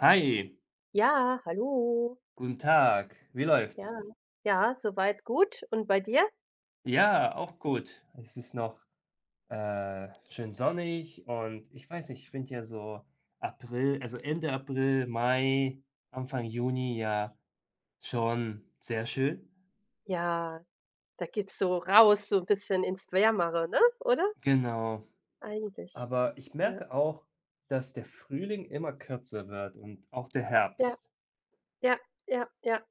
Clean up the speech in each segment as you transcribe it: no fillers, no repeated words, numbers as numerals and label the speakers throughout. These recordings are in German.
Speaker 1: Hi,
Speaker 2: Ja, hallo.
Speaker 1: guten Tag. Wie
Speaker 2: Ja.
Speaker 1: läuft's?
Speaker 2: Ja, soweit gut. Und bei dir?
Speaker 1: Ja, auch gut. Es ist noch schön sonnig und ich weiß nicht, ich finde ja so April, also Ende April, Mai, Anfang Juni ja schon sehr schön.
Speaker 2: Ja, da geht's so raus, so ein bisschen ins Wärmere, ne, oder?
Speaker 1: Genau.
Speaker 2: Eigentlich.
Speaker 1: Aber ich
Speaker 2: Ja.
Speaker 1: merke auch, dass der Frühling immer kürzer wird und auch der
Speaker 2: Ja,
Speaker 1: Herbst.
Speaker 2: ja, ja, ja.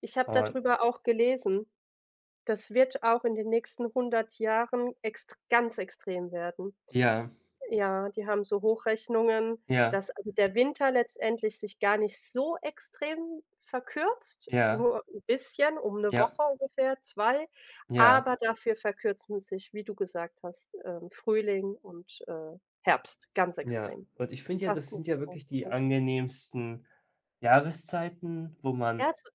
Speaker 2: Ich habe
Speaker 1: Und
Speaker 2: darüber auch gelesen. Das wird auch in den nächsten 100 Jahren ext ganz extrem werden.
Speaker 1: ja,
Speaker 2: Ja, die haben so Hochrechnungen,
Speaker 1: ja,
Speaker 2: dass also der Winter letztendlich sich gar nicht so extrem verkürzt,
Speaker 1: ja,
Speaker 2: nur 'n bisschen, um 'ne
Speaker 1: ja,
Speaker 2: Woche ungefähr, 2,
Speaker 1: ja.
Speaker 2: aber dafür verkürzen sich, wie du gesagt hast, Frühling und, Herbst ganz
Speaker 1: Ja,
Speaker 2: extrem.
Speaker 1: und ich finde ja, das
Speaker 2: Fast nicht
Speaker 1: sind ja
Speaker 2: mehr
Speaker 1: wirklich die angenehmsten Jahreszeiten, wo man
Speaker 2: Ja, zu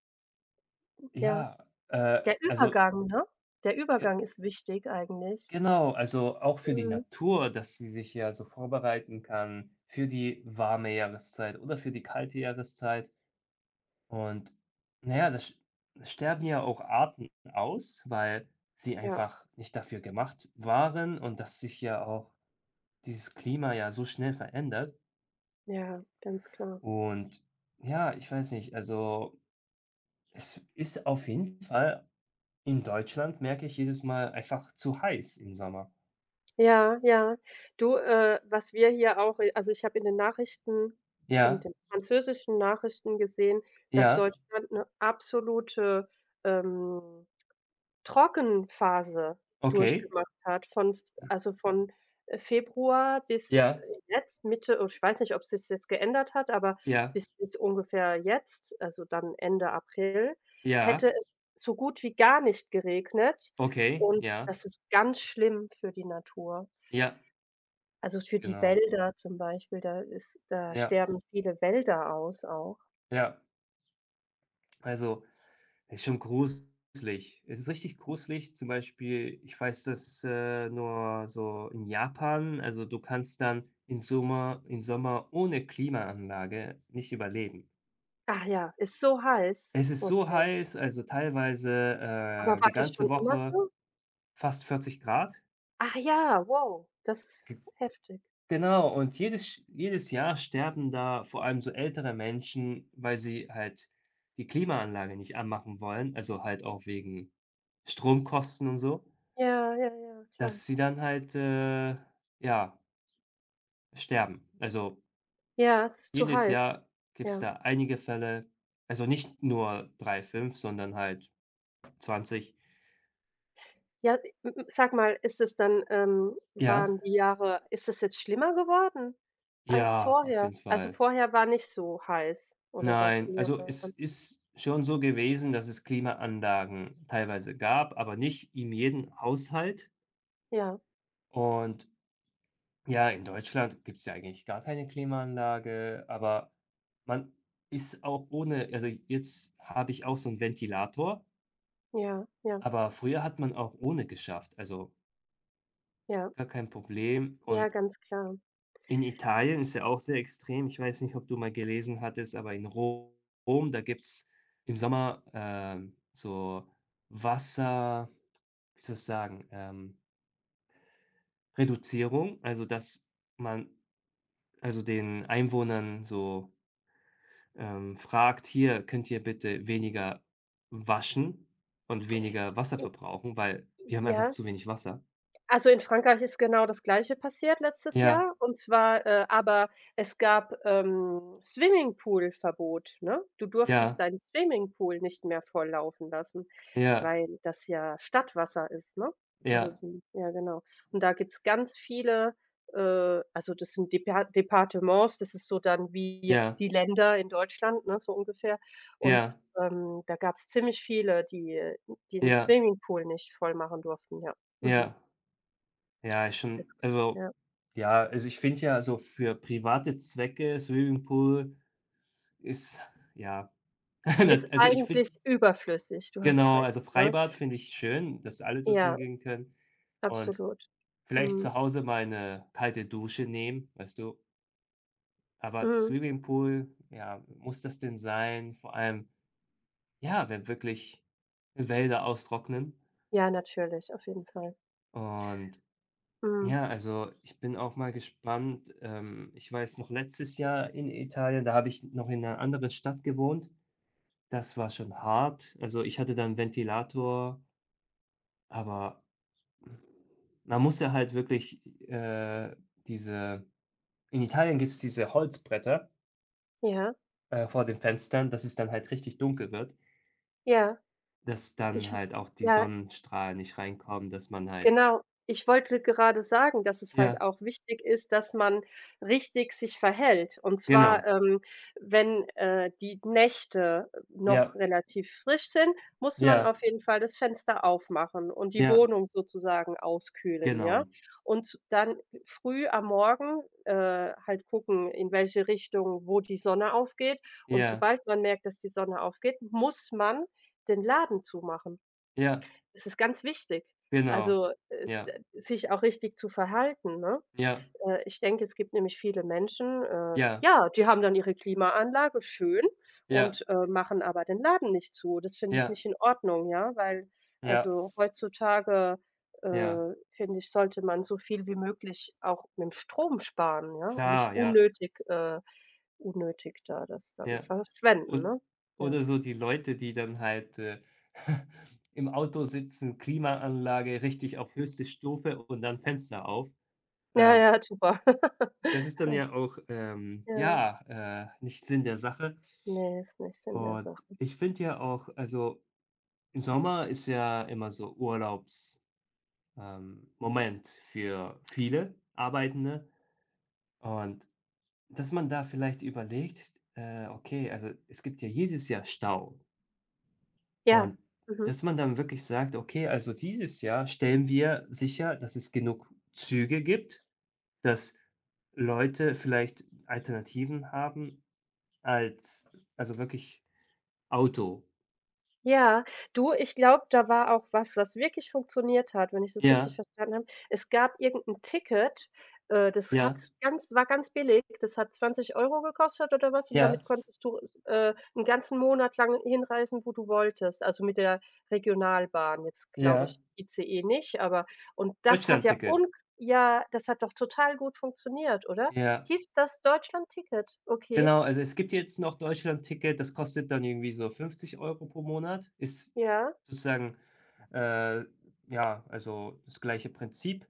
Speaker 2: ja,
Speaker 1: ja,
Speaker 2: der
Speaker 1: also
Speaker 2: Übergang, ne? Der
Speaker 1: ge
Speaker 2: Übergang ist wichtig eigentlich.
Speaker 1: genau, also auch für die
Speaker 2: Mhm.
Speaker 1: Natur, dass sie sich ja so vorbereiten kann für die warme Jahreszeit oder für die kalte Jahreszeit. Und na ja, das sch es sterben ja auch Arten aus, weil sie
Speaker 2: Ja,
Speaker 1: einfach nicht dafür gemacht waren und dass sich ja auch dieses Klima ja so schnell verändert.
Speaker 2: ja, ganz klar.
Speaker 1: Und ja, ich weiß nicht, also es ist auf jeden Fall in Deutschland, merke ich, jedes Mal einfach zu heiß im Sommer.
Speaker 2: Ja, ja. Du, was wir hier auch also, ich habe in
Speaker 1: Ja,
Speaker 2: den französischen Nachrichten gesehen, dass
Speaker 1: ja,
Speaker 2: Deutschland 'ne absolute, ähm, Trockenphase
Speaker 1: okay.
Speaker 2: durchgemacht hat von f also, von, Februar bis,
Speaker 1: Ja,
Speaker 2: jetzt Mitte oh, ich weiß nicht, ob's sich jetzt geändert hat, aber
Speaker 1: ja,
Speaker 2: bis ungefähr jetzt, also, dann Ende April,
Speaker 1: ja,
Speaker 2: hätte es so gut wie gar nicht geregnet
Speaker 1: okay,
Speaker 2: und
Speaker 1: ja,
Speaker 2: das ist ganz schlimm für die Natur.
Speaker 1: ja,
Speaker 2: Also, für die
Speaker 1: genau.
Speaker 2: Wälder zum Beispiel, da
Speaker 1: Ja,
Speaker 2: sterben viele Wälder aus auch.
Speaker 1: ja. Also, es ist schon gruselig. Es ist richtig gruselig. Zum Beispiel, ich weiß das, nur so in Japan. Also, du kannst dann im Sommer ohne Klimaanlage nicht überleben.
Speaker 2: Ach ja, ist so heiß?
Speaker 1: Es ist so
Speaker 2: Okay.
Speaker 1: heiß, also teilweise,
Speaker 2: Aber war
Speaker 1: die
Speaker 2: das
Speaker 1: ganze
Speaker 2: schon immer
Speaker 1: Woche
Speaker 2: so?
Speaker 1: fast 40 Grad.
Speaker 2: Ach ja, wow, das
Speaker 1: G
Speaker 2: ist heftig.
Speaker 1: genau, und jedes Jahr sterben da vor allem so ältere Menschen, weil sie halt die Klimaanlage nicht anmachen wollen, also halt auch wegen Stromkosten und so,
Speaker 2: Ja, ja, ja, klar.
Speaker 1: dass sie dann halt, ja, sterben. Also,
Speaker 2: Ja, es ist zu
Speaker 1: jedes
Speaker 2: heiß.
Speaker 1: Jahr gibt's
Speaker 2: Ja.
Speaker 1: da einige Fälle, also nicht nur 3 5, sondern halt 20.
Speaker 2: Ja, m m sag mal, ist es dann
Speaker 1: Ja,
Speaker 2: waren die Jahre ist es jetzt schlimmer geworden als
Speaker 1: ja, auf
Speaker 2: vorher?
Speaker 1: jeden
Speaker 2: Also,
Speaker 1: Fall.
Speaker 2: vorher war nicht so heiß oder was
Speaker 1: Nein,
Speaker 2: in
Speaker 1: also es
Speaker 2: Japan?
Speaker 1: ist schon so gewesen, dass es Klimaanlagen teilweise gab, aber nicht in jedem Haushalt.
Speaker 2: Ja,
Speaker 1: Und ja, in Deutschland gibt es ja eigentlich gar keine Klimaanlage, aber man ist auch ohne, also jetzt habe ich auch so einen Ventilator,
Speaker 2: ja, ja,
Speaker 1: aber früher hat man auch ohne geschafft, also
Speaker 2: ja,
Speaker 1: gar kein Problem.
Speaker 2: ja,
Speaker 1: Und
Speaker 2: ganz klar.
Speaker 1: in Italien ist ja auch sehr extrem. Ich weiß nicht, ob du mal gelesen hattest, aber in Rom, da gibt's im Sommer, so Wasser, wie soll ich sagen, Reduzierung, also dass man, also den Einwohnern so, fragt: „Hier, könnt ihr bitte weniger waschen und weniger Wasser
Speaker 2: I
Speaker 1: verbrauchen, weil wir haben einfach
Speaker 2: Ja.
Speaker 1: zu wenig Wasser.“
Speaker 2: Also, in Frankreich ist genau das Gleiche passiert letztes
Speaker 1: Ja,
Speaker 2: Jahr und zwar, aber es gab, Swimmingpool-Verbot, ne? Du durftest
Speaker 1: ja,
Speaker 2: deinen Swimmingpool nicht mehr volllaufen lassen,
Speaker 1: ja,
Speaker 2: weil das ja Stadtwasser ist, ne? Also,
Speaker 1: ja,
Speaker 2: die ja genau. Und da gibt's ganz viele, also, das sind Departements, das ist so dann wie
Speaker 1: ja,
Speaker 2: die Länder in Deutschland, ne, so ungefähr. Und,
Speaker 1: ja,
Speaker 2: da gab's ziemlich viele, die, den
Speaker 1: ja,
Speaker 2: Swimmingpool nicht voll machen durften, ja. Mhm.
Speaker 1: ja. Ja, ist schon,
Speaker 2: Ist g
Speaker 1: also
Speaker 2: Ja,
Speaker 1: ja, also ich finde ja, so für private Zwecke Swimmingpool ist ja,
Speaker 2: ist
Speaker 1: also ich finde,
Speaker 2: eigentlich überflüssig, du hast
Speaker 1: genau,
Speaker 2: recht,
Speaker 1: also
Speaker 2: ne?
Speaker 1: Freibad finde ich schön, dass alle dorthin
Speaker 2: Ja,
Speaker 1: gehen können und
Speaker 2: absolut.
Speaker 1: vielleicht
Speaker 2: Mhm,
Speaker 1: zu Hause mal 'ne kalte Dusche nehmen, weißt du? Aber
Speaker 2: mhm.
Speaker 1: Swimmingpool, ja, muss das denn sein? Vor allem, ja, wenn wirklich Wälder austrocknen
Speaker 2: Ja, natürlich, auf jeden Fall.
Speaker 1: und.
Speaker 2: Mhm,
Speaker 1: Ja, also ich bin auch mal gespannt. Ich weiß noch letztes Jahr in Italien, da habe ich noch in einer anderen Stadt gewohnt. Das war schon hart. Also, ich hatte dann Ventilator, aber man muss ja halt wirklich, diese, in Italien gibt's diese Holzbretter,
Speaker 2: ja,
Speaker 1: vor den Fenstern, dass es dann halt richtig dunkel wird,
Speaker 2: ja.
Speaker 1: dass dann
Speaker 2: Ich w
Speaker 1: halt auch die
Speaker 2: Ja.
Speaker 1: Sonnenstrahlen nicht reinkommen, dass man halt
Speaker 2: Genau. Ich wollte gerade sagen, dass es halt
Speaker 1: ja,
Speaker 2: auch wichtig ist, dass man richtig sich verhält. Und zwar,
Speaker 1: genau.
Speaker 2: wenn, die Nächte
Speaker 1: Ja,
Speaker 2: noch relativ frisch sind, muss man
Speaker 1: ja,
Speaker 2: auf jeden Fall das Fenster aufmachen und die
Speaker 1: ja,
Speaker 2: Wohnung sozusagen auskühlen, ja?
Speaker 1: genau.
Speaker 2: Und dann früh am Morgen, halt gucken, in welche Richtung wo die Sonne aufgeht. Und
Speaker 1: Ja,
Speaker 2: sobald man merkt, dass die Sonne aufgeht, muss man den Laden zumachen.
Speaker 1: ja.
Speaker 2: Es ist ganz wichtig,
Speaker 1: Genau.
Speaker 2: also,
Speaker 1: Ja,
Speaker 2: d sich auch richtig zu verhalten, ne?
Speaker 1: ja,
Speaker 2: Ich denke, es gibt nämlich viele Menschen,
Speaker 1: ja,
Speaker 2: ja, die haben dann ihre Klimaanlage, schön,
Speaker 1: ja,
Speaker 2: und, machen aber den Laden nicht zu. Das finde ich
Speaker 1: ja,
Speaker 2: nicht in Ordnung, ja, weil
Speaker 1: ja,
Speaker 2: also, heutzutage,
Speaker 1: ja,
Speaker 2: finde ich, sollte man so viel wie möglich auch mit'm Strom sparen, ja, und nicht
Speaker 1: klar, ja,
Speaker 2: unnötig da das dann
Speaker 1: ja.
Speaker 2: verschwenden,
Speaker 1: Und
Speaker 2: ne? Ja.
Speaker 1: oder so die Leute, die dann halt, im Auto sitzen, Klimaanlage richtig auf höchste Stufe und dann Fenster auf.
Speaker 2: Ja,
Speaker 1: Ähm,
Speaker 2: ja, super.
Speaker 1: das ist dann ja auch,
Speaker 2: Ja.
Speaker 1: ja, nicht Sinn der Sache.
Speaker 2: Ne, ist nicht Sinn der
Speaker 1: Und
Speaker 2: Sache.
Speaker 1: ich finde ja auch, also, im Sommer ist ja immer so Urlaubs, Moment für viele Arbeitende und dass man da vielleicht überlegt, okay, also es gibt ja jedes Jahr Stau
Speaker 2: Ja,
Speaker 1: und
Speaker 2: mhm.
Speaker 1: dass man dann wirklich sagt: „Okay, also dieses Jahr stellen wir sicher, dass es genug Züge gibt, dass Leute vielleicht Alternativen haben als also wirklich Auto.“
Speaker 2: Ja, du, ich glaube, da war auch was, was wirklich funktioniert hat, wenn ich das richtig
Speaker 1: Ja,
Speaker 2: verstanden habe. Es gab irgendein Ticket, das hat
Speaker 1: ja,
Speaker 2: ganz war ganz billig, das hat 20 Euro gekostet oder was und
Speaker 1: ja,
Speaker 2: damit konntest du s 'n ganzen Monat lang hinreisen, wo du wolltest, also, mit der Regionalbahn. Jetzt glaube
Speaker 1: ja.
Speaker 2: ich ICE nicht, aber und das hat ja
Speaker 1: Deutschlandticket.
Speaker 2: un ja, das hat doch total gut funktioniert, oder?
Speaker 1: Ja.
Speaker 2: Hieß das Deutschland-Ticket? Okay,
Speaker 1: Genau, also es gibt jetzt noch Deutschland-Ticket, das kostet dann irgendwie so 50 Euro pro Monat, ist
Speaker 2: ja,
Speaker 1: sozusagen, äh, ja, also das gleiche Prinzip.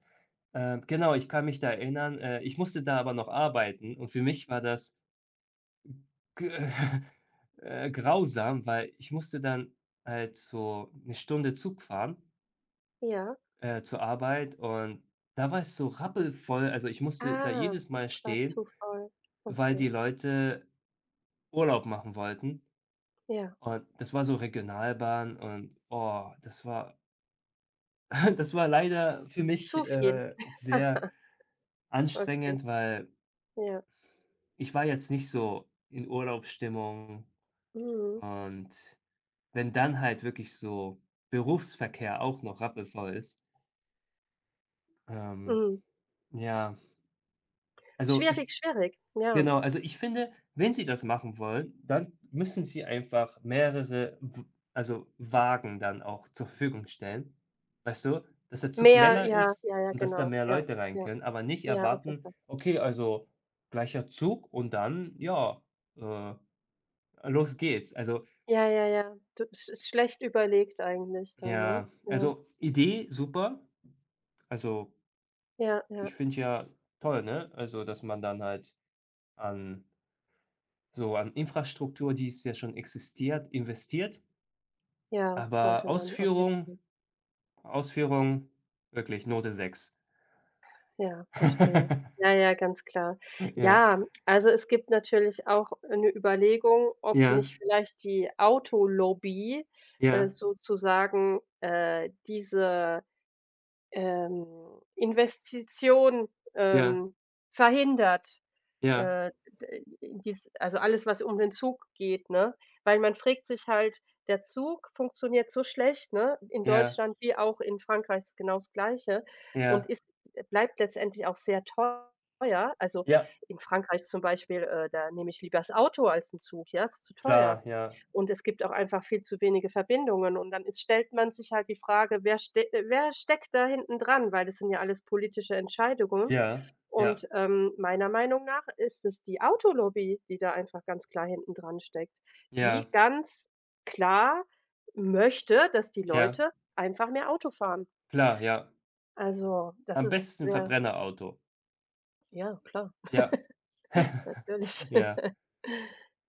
Speaker 1: Genau, ich kann mich da erinnern, ich musste da aber noch arbeiten und für mich war das g grausam, weil ich musste dann halt so eine Stunde Zug fahren,
Speaker 2: ja.
Speaker 1: zur Arbeit und da war es so rappelvoll. Also, ich musste da
Speaker 2: Ah,
Speaker 1: jedes Mal
Speaker 2: es war zu
Speaker 1: stehen,
Speaker 2: voll.
Speaker 1: weil die
Speaker 2: Okay,
Speaker 1: Leute Urlaub machen wollten.
Speaker 2: ja.
Speaker 1: Und das war so Regionalbahn und, oh, das war das war leider für mich,
Speaker 2: Zu viel.
Speaker 1: sehr
Speaker 2: Okay,
Speaker 1: anstrengend, weil
Speaker 2: ja.
Speaker 1: ich war jetzt nicht so in Urlaubsstimmung
Speaker 2: Mhm,
Speaker 1: und wenn dann halt wirklich so Berufsverkehr auch noch rappelvoll ist, ähm,
Speaker 2: mhm.
Speaker 1: ja, also
Speaker 2: Schwierig,
Speaker 1: ich.
Speaker 2: schwierig, ja.
Speaker 1: Genau, also ich finde, wenn sie das machen wollen, dann müssen sie einfach mehrere W also Wagen dann auch zur Verfügung stellen. Weißt du, dass der Zug
Speaker 2: Mehr
Speaker 1: länger
Speaker 2: ja,
Speaker 1: ist
Speaker 2: ja, ja,
Speaker 1: und dass da
Speaker 2: genau.
Speaker 1: mehr
Speaker 2: Ja,
Speaker 1: Leute rein
Speaker 2: ja,
Speaker 1: können, aber nicht
Speaker 2: ja, auf jeden
Speaker 1: erwarten:
Speaker 2: Fall.
Speaker 1: „Okay, also gleicher Zug und dann, ja, äh, los geht's.“ Also,
Speaker 2: Ja, ja, ja. Du, es ist schlecht überlegt eigentlich dann, ne?
Speaker 1: ja,
Speaker 2: Ja,
Speaker 1: also Idee super. Also,
Speaker 2: ja, ja,
Speaker 1: ich finde ja, toll, ne? Also, dass man dann halt an so an Infrastruktur, die es ja schon existiert, investiert.
Speaker 2: ja,
Speaker 1: Aber
Speaker 2: sollte man auf jeden Fall.
Speaker 1: Ausführung wirklich Note 6.
Speaker 2: Ja, verstehe. Ja, ja, ganz klar.
Speaker 1: Ja.
Speaker 2: Ja, also es gibt natürlich auch eine Überlegung, ob
Speaker 1: Ja,
Speaker 2: nicht vielleicht die Autolobby,
Speaker 1: ja,
Speaker 2: sozusagen, diese Investition,
Speaker 1: ja,
Speaker 2: ähm, verhindert,
Speaker 1: ja,
Speaker 2: äh, d dies also alles, was um den Zug geht, ne? Weil man fragt sich halt, der Zug funktioniert so schlecht, ne, in
Speaker 1: ja,
Speaker 2: Deutschland wie auch in Frankreich ist genau das Gleiche und
Speaker 1: ja.
Speaker 2: ist bleibt letztendlich auch sehr teuer. Also,
Speaker 1: Ja,
Speaker 2: in Frankreich zum Beispiel, da nehme ich lieber das Auto als den Zug, ja, ist zu teuer.
Speaker 1: klar, ja.
Speaker 2: Und es gibt auch einfach viel zu wenige Verbindungen. Und dann ist stellt man sich halt die Frage, wer steckt da hinten dran? Weil das sind ja alles politische Entscheidungen.
Speaker 1: Ja, ja,
Speaker 2: Und, meiner Meinung nach ist es die Autolobby, die da einfach ganz klar hinten dran steckt,
Speaker 1: ja,
Speaker 2: die ganz klar möchte, dass die
Speaker 1: ja,
Speaker 2: Leute einfach mehr Auto fahren.
Speaker 1: klar, ja.
Speaker 2: Also, das
Speaker 1: Am
Speaker 2: ist
Speaker 1: besten
Speaker 2: ja,
Speaker 1: Verbrennerauto.
Speaker 2: ja klar,
Speaker 1: Ja.
Speaker 2: natürlich.
Speaker 1: Ja,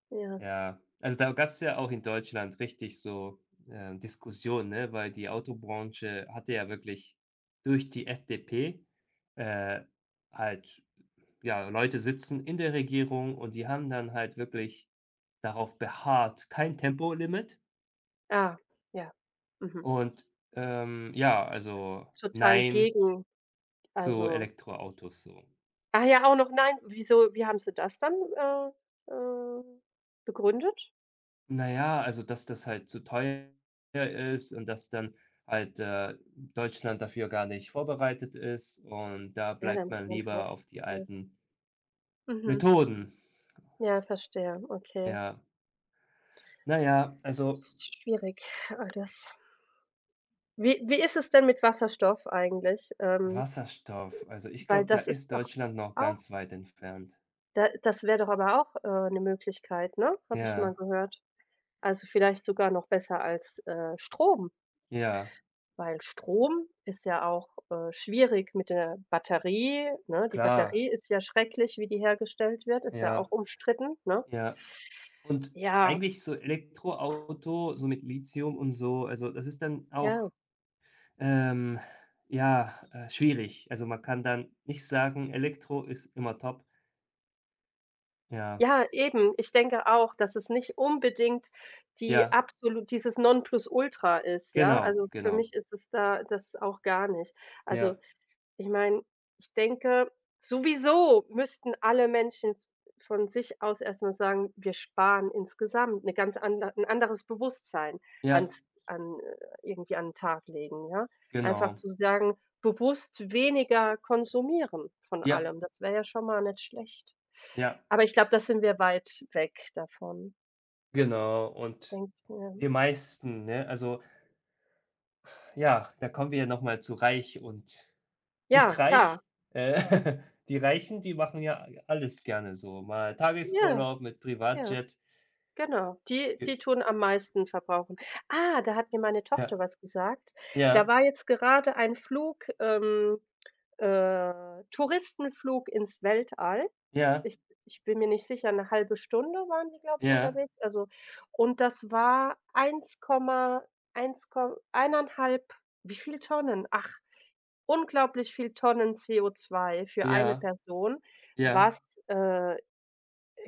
Speaker 2: Ja.
Speaker 1: ja. Also, da gab's ja auch in Deutschland richtig so, Diskussionen, ne, weil die Autobranche hatte ja wirklich durch die FDP, äh, halt ja, Leute sitzen in der Regierung und die haben dann halt wirklich darauf beharrt, kein Tempolimit
Speaker 2: Ah, ja. Mhm.
Speaker 1: und, ja, also
Speaker 2: Total
Speaker 1: nein
Speaker 2: gegen,
Speaker 1: zu
Speaker 2: also
Speaker 1: Elektroautos so.
Speaker 2: ah, ja, auch noch nein. Wie haben sie das dann, äh, begründet?
Speaker 1: Na ja, also dass das halt zu teuer ist und dass dann halt, Deutschland dafür gar nicht vorbereitet ist und da
Speaker 2: Ja, da
Speaker 1: bleibt
Speaker 2: muss
Speaker 1: man
Speaker 2: man
Speaker 1: lieber
Speaker 2: halt
Speaker 1: auf die
Speaker 2: ja.
Speaker 1: alten
Speaker 2: Mhm.
Speaker 1: Methoden.
Speaker 2: Ja, verstehe. Okay.
Speaker 1: Ja. Na ja, also
Speaker 2: Ist schwierig alles. Wie ist es denn mit Wasserstoff eigentlich?
Speaker 1: Wasserstoff, also ich
Speaker 2: Weil
Speaker 1: glaube, da
Speaker 2: das ist
Speaker 1: ist
Speaker 2: doch
Speaker 1: Deutschland noch
Speaker 2: auch
Speaker 1: ganz weit entfernt.
Speaker 2: da, das wäre doch aber auch, 'ne Möglichkeit, ne? Habe ich mal
Speaker 1: Ja,
Speaker 2: gehört. Also, vielleicht sogar noch besser als, Strom.
Speaker 1: ja.
Speaker 2: Weil Strom ist ja auch, schwierig mit der Batterie, ne? Die
Speaker 1: Klar,
Speaker 2: Batterie ist ja schrecklich, wie die hergestellt wird, ist ja
Speaker 1: ja,
Speaker 2: auch umstritten, ne?
Speaker 1: ja. Und
Speaker 2: Ja,
Speaker 1: eigentlich so Elektroauto, so mit Lithium und so, also das ist dann auch,
Speaker 2: ja.
Speaker 1: ähm, ja, schwierig. Also man kann dann nicht sagen, Elektro ist immer top. Ja,
Speaker 2: Ja, eben. Ich denke auch, dass es nicht unbedingt
Speaker 1: ja,
Speaker 2: dieses Nonplusultra ist, ja?
Speaker 1: genau,
Speaker 2: Also, für
Speaker 1: genau.
Speaker 2: mich ist es da das auch gar nicht.
Speaker 1: Ja,
Speaker 2: Also, ich meine, ich denke, sowieso müssten alle Menschen s von sich aus erst mal sagen: „Wir sparen insgesamt. Eine ganz ander 'n anderes Bewusstsein
Speaker 1: ja,
Speaker 2: ans an irgendwie an den Tag legen“, ja? Einfach
Speaker 1: genau.
Speaker 2: zu sagen: „Bewusst weniger konsumieren von
Speaker 1: Ja,
Speaker 2: allem“, das wäre ja schon mal nicht schlecht.
Speaker 1: ja,
Speaker 2: Aber ich glaube, da sind wir weit weg davon,
Speaker 1: genau. Und
Speaker 2: denkt ich mir.
Speaker 1: die meisten, ne? Also ja, da kommen wir ja noch mal zu reich und
Speaker 2: Ja,
Speaker 1: nicht
Speaker 2: klar.
Speaker 1: reich. Äh, die Reichen, die machen ja alles gerne so. Mal
Speaker 2: Ja,
Speaker 1: Tagesurlaub mit
Speaker 2: ja.
Speaker 1: Privatjet.
Speaker 2: Genau, die
Speaker 1: Ge
Speaker 2: die tun am meisten verbrauchen. Ah, da hat mir meine
Speaker 1: ja,
Speaker 2: Tochter was gesagt. Da
Speaker 1: ja,
Speaker 2: war jetzt gerade ein Flug, Touristenflug ins Weltall.
Speaker 1: ja,
Speaker 2: Ich ich bin mir nicht sicher, eine halbe Stunde waren die, glaube ich,
Speaker 1: ja,
Speaker 2: unterwegs. Also und das war 1,1 Ko eineinhalb, wie viel Tonnen? Ach, unglaublich viel Tonnen CO2 für eine
Speaker 1: ja,
Speaker 2: Person,
Speaker 1: ja,
Speaker 2: was, äh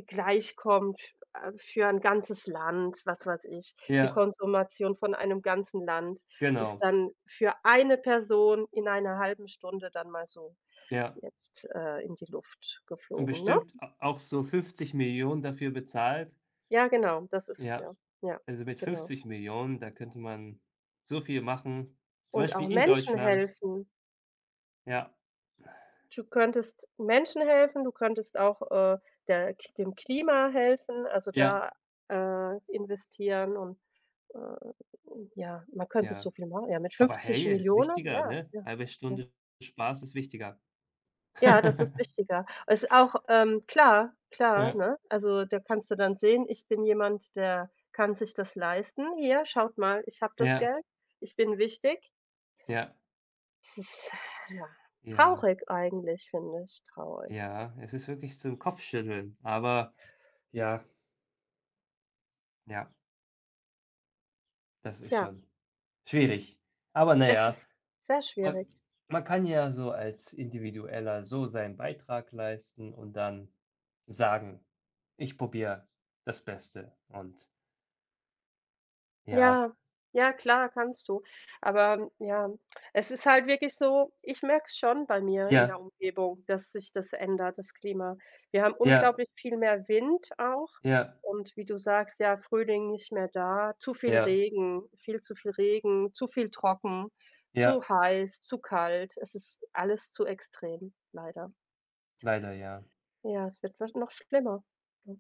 Speaker 2: gleichkommt f für ein ganzes Land, was weiß ich. Die
Speaker 1: ja,
Speaker 2: Konsumation von einem ganzen Land ist
Speaker 1: genau,
Speaker 2: dann für eine Person in einer halben Stunde dann mal so
Speaker 1: ja.
Speaker 2: jetzt, in die Luft
Speaker 1: Und
Speaker 2: geflogen, ne?
Speaker 1: bestimmt a auch so 50 Millionen dafür bezahlt.
Speaker 2: Ja, genau, das ist es
Speaker 1: Ja,
Speaker 2: ja. Ja,
Speaker 1: also mit
Speaker 2: genau.
Speaker 1: 50 Millionen da könnte man so viel machen, zum
Speaker 2: Und auch
Speaker 1: Beispiel in
Speaker 2: Menschen
Speaker 1: Deutschland.
Speaker 2: helfen.
Speaker 1: Ja,
Speaker 2: Du könntest Menschen helfen, du könntest auch, der dem Klima helfen, also
Speaker 1: ja,
Speaker 2: da, investieren und Äh, ja, man könnte
Speaker 1: ja.
Speaker 2: so viel machen. Ja, mit
Speaker 1: Aber hey, ist
Speaker 2: 50.000.000,
Speaker 1: wichtiger,
Speaker 2: ja,
Speaker 1: ne?
Speaker 2: ja,
Speaker 1: Halbe
Speaker 2: ja.
Speaker 1: Stunde Spaß ist wichtiger.
Speaker 2: Ja, das ist wichtiger. Ist auch, klar, klar,
Speaker 1: Ja,
Speaker 2: ne? Also, da kannst du dann sehen: „Ich bin jemand, der kann sich das leisten. Hier, schaut mal, ich habe das
Speaker 1: ja.
Speaker 2: Geld. Ich bin wichtig.“
Speaker 1: Ja,
Speaker 2: Es ist, ja,
Speaker 1: ja,
Speaker 2: traurig eigentlich, finde ich, traurig.
Speaker 1: ja. Es ist wirklich zum Kopfschütteln, aber ja, ja, das ist
Speaker 2: Tja,
Speaker 1: schon schwierig. Aber na
Speaker 2: es
Speaker 1: ja,
Speaker 2: ist sehr
Speaker 1: man
Speaker 2: schwierig.
Speaker 1: man kann ja so als Individueller so seinen Beitrag leisten und dann sagen: „Ich probiere das Beste.“ Und ja,
Speaker 2: Ja, ja klar, kannst du. Aber ja, es ist halt wirklich so, ich merke es schon bei mir in der
Speaker 1: ja,
Speaker 2: Umgebung, dass sich das ändert, das Klima. Wir haben
Speaker 1: ja,
Speaker 2: unglaublich viel mehr Wind auch
Speaker 1: ja,
Speaker 2: und wie du sagst, ja, Frühling nicht mehr da, zu viel
Speaker 1: ja,
Speaker 2: Regen, viel zu viel Regen, zu viel trocken, zu
Speaker 1: ja,
Speaker 2: heiß, zu kalt. Es ist alles zu extrem, leider.
Speaker 1: leider ja.
Speaker 2: Ja, es wird noch schlimmer. Ja.